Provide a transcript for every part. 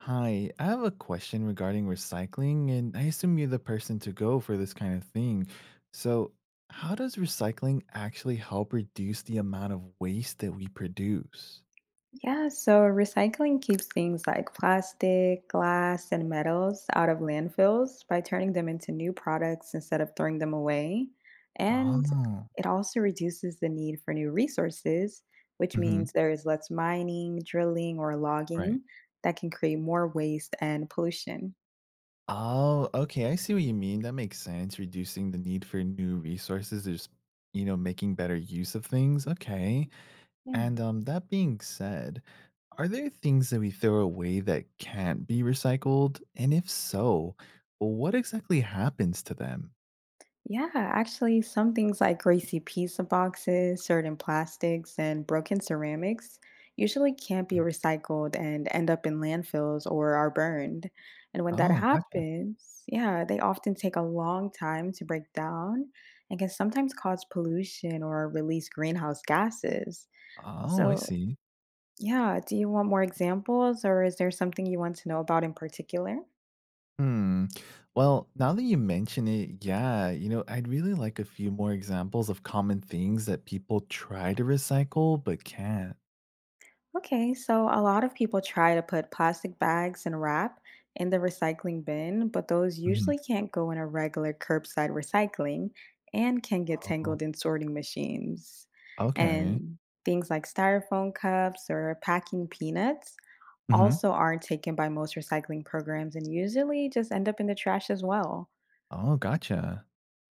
Hi, I have a question regarding recycling, and I assume you're the person to go for this kind of thing. So, how does recycling actually help reduce the amount of waste that we produce? Yeah, so recycling keeps things like plastic, glass, and metals out of landfills by turning them into new products instead of throwing them away. And Oh, it also reduces the need for new resources, which hmm, means there is less mining, drilling, or right. logging that can create more waste and pollution. Oh, okay. I see what you mean. That makes sense. Reducing the need for new resources is, making better use of things. Okay. And Yeah. That being said, are there things that we throw away that can't be recycled? And if so, what exactly happens to them? Yeah, actually, some things like greasy pizza boxes, certain plastics, and broken ceramics usually can't be Mhm. recycled and end up in landfills or are burned. And when that Oh, gotcha. happens, yeah, they often take a long time to break down and can sometimes cause pollution or release greenhouse gases. Oh, I So, see. yeah, do you want more examples or is there something you want to know about in particular? Hmm. Well, now that you mention it, yeah, I'd really like a few more examples of common things that people try to recycle but can't. Okay, so a lot of people try to put plastic bags and wrap in the recycling bin, but those Mhm. usually can't go in a regular curbside recycling and can get Oh. tangled in sorting machines. Okay. And things like styrofoam cups or packing peanuts Hmm. also aren't taken by most recycling programs and usually just end up in the trash as well. Oh, gotcha.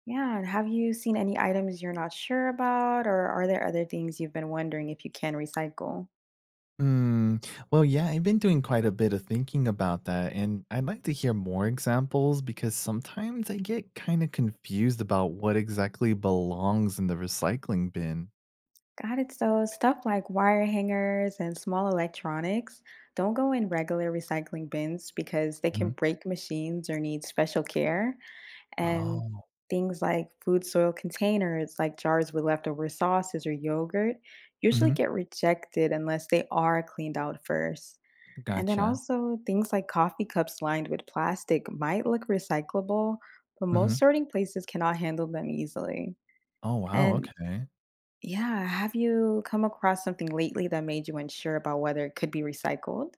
Yeah, and have you seen any items you're not sure about, or are there other things you've been wondering if you can recycle? Mm, well, yeah, I've been doing quite a bit of thinking about that, and I'd like to hear more examples because sometimes I get kind of confused about what exactly belongs in the recycling bin. Got it. So, stuff like wire hangers and small electronics don't go in regular recycling bins because they can Mhm. break machines or need special care. And Oh, things like food soil containers, like jars with leftover sauces or yogurt, usually hmm, get rejected unless they are cleaned out first. And then gotcha. also, things like coffee cups lined with plastic might look recyclable, but Hmm. most sorting places cannot handle them easily. Oh, wow. And Okay. yeah. Have you come across something lately that made you unsure about whether it could be recycled?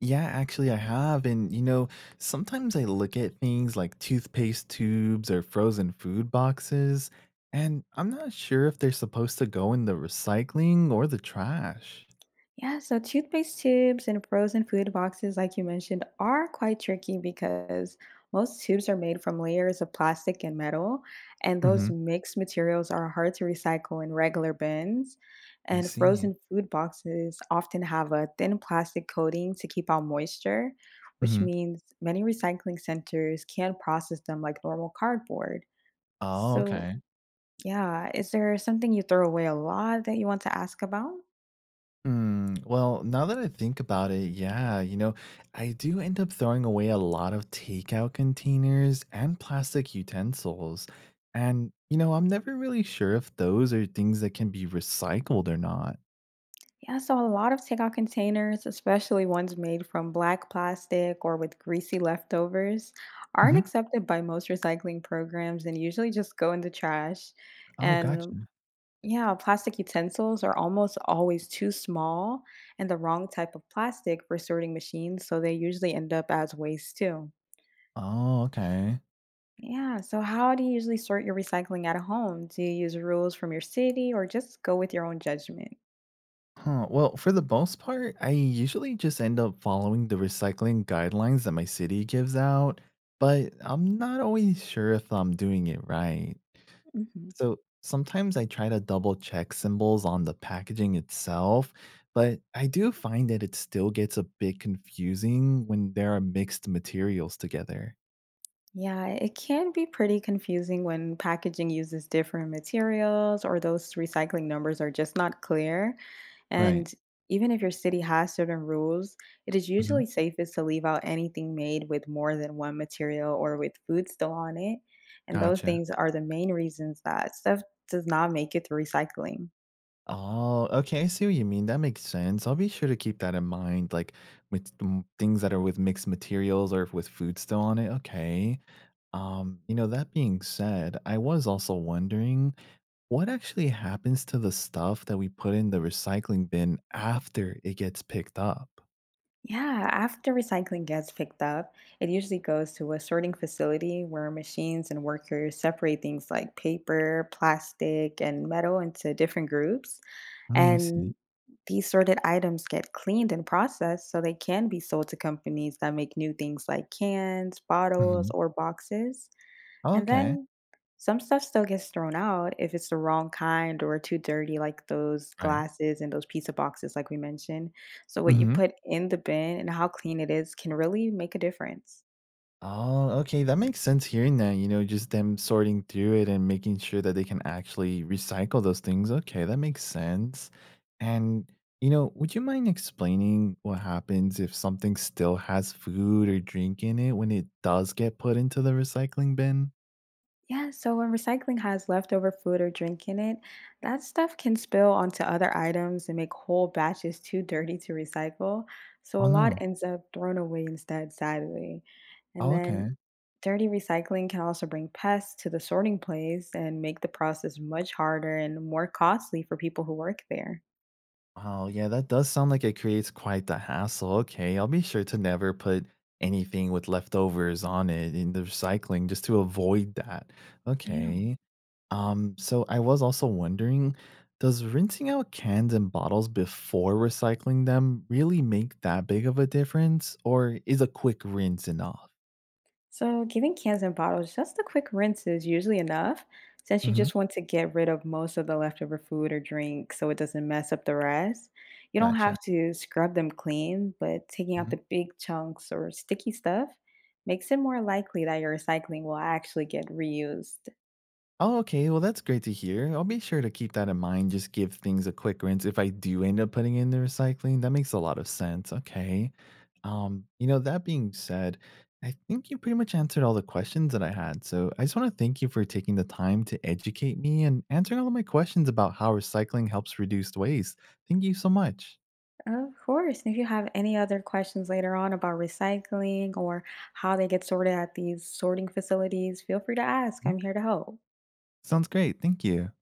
Yeah, actually, I have. And, sometimes I look at things like toothpaste tubes or frozen food boxes, and I'm not sure if they're supposed to go in the recycling or the trash. Yeah, so toothpaste tubes and frozen food boxes, like you mentioned, are quite tricky because most tubes are made from layers of plastic and metal, and Hmm. those mixed materials are hard to recycle in regular bins. I And see. frozen food boxes often have a thin plastic coating to keep out moisture, which Mhm. means many recycling centers can't process them like normal cardboard. Oh, So, okay. Yeah. Is there something you throw away a lot that you want to ask about? Mm, well, now that I think about it, yeah, I do end up throwing away a lot of takeout containers and plastic utensils. And, I'm never really sure if those are things that can be recycled or not. Yeah, so a lot of takeout containers, especially ones made from black plastic or with greasy leftovers, aren't Hmm. accepted by most recycling programs and usually just go in the trash. Oh, And gotcha. yeah, plastic utensils are almost always too small and the wrong type of plastic for sorting machines, so they usually end up as waste too. Oh, okay. Yeah. So, how do you usually sort your recycling at home? Do you use rules from your city or just go with your own judgment? Huh. Well, for the most part, I usually just end up following the recycling guidelines that my city gives out, but I'm not always sure if I'm doing it right. hmm So sometimes I try to double check symbols on the packaging itself, but I do find that it still gets a bit confusing when there are mixed materials together. Yeah, it can be pretty confusing when packaging uses different materials or those recycling numbers are just not clear. Right. And even if your city has certain rules, it is Hmm. usually safest to leave out anything made with more than one material or with food still on it. And those Gotcha. things are the main reasons that stuff does not make it through recycling. Oh, okay. I see what you mean. That makes sense. I'll be sure to keep that in mind, like with things that are with mixed materials or with food still on it. Okay. That being said, I was also wondering, what actually happens to the stuff that we put in the recycling bin after it gets picked up? Yeah, after recycling gets picked up, it usually goes to a sorting facility where machines and workers separate things like paper, plastic, and metal into different groups. Mm, I see. And these sorted items get cleaned and processed so they can be sold to companies that make new things like cans, bottles, Hmm. or boxes. And Okay. then some stuff still gets thrown out if it's the wrong kind or too dirty, like those Right. glasses and those pizza boxes, like we mentioned. So, what you Hmm. put in the bin and how clean it is can really make a difference. Oh, okay. That makes sense hearing that, just them sorting through it and making sure that they can actually recycle those things. Okay, that makes sense. And, would you mind explaining what happens if something still has food or drink in it when it does get put into the recycling bin? Yeah, so when recycling has leftover food or drink in it, that stuff can spill onto other items and make whole batches too dirty to recycle. So a Oh lot no. ends up thrown away instead, sadly. And Oh, then okay. dirty recycling can also bring pests to the sorting place and make the process much harder and more costly for people who work there. Oh, yeah, that does sound like it creates quite the hassle. Okay, I'll be sure to never put anything with leftovers on it in the recycling just to avoid that. Yeah. Okay. So I was also wondering, does rinsing out cans and bottles before recycling them really make that big of a difference, or is a quick rinse enough? So, giving cans and bottles just a quick rinse is usually enough since you Hmm. just want to get rid of most of the leftover food or drink so it doesn't mess up the rest. You don't Gotcha. have to scrub them clean, but taking out the big chunks or sticky stuff makes it more likely that your recycling will actually get reused. Oh, okay. Well, that's great to hear. I'll be sure to keep that in mind. Just give things a quick rinse if I do end up putting it in the recycling. That makes a lot of sense. Okay. That being said, I think you pretty much answered all the questions that I had. So I just want to thank you for taking the time to educate me and answering all of my questions about how recycling helps reduce waste. Thank you so much. Of course, if you have any other questions later on about recycling or how they get sorted at these sorting facilities, feel free to ask. Mhm. I'm here to help. Sounds great. Thank you.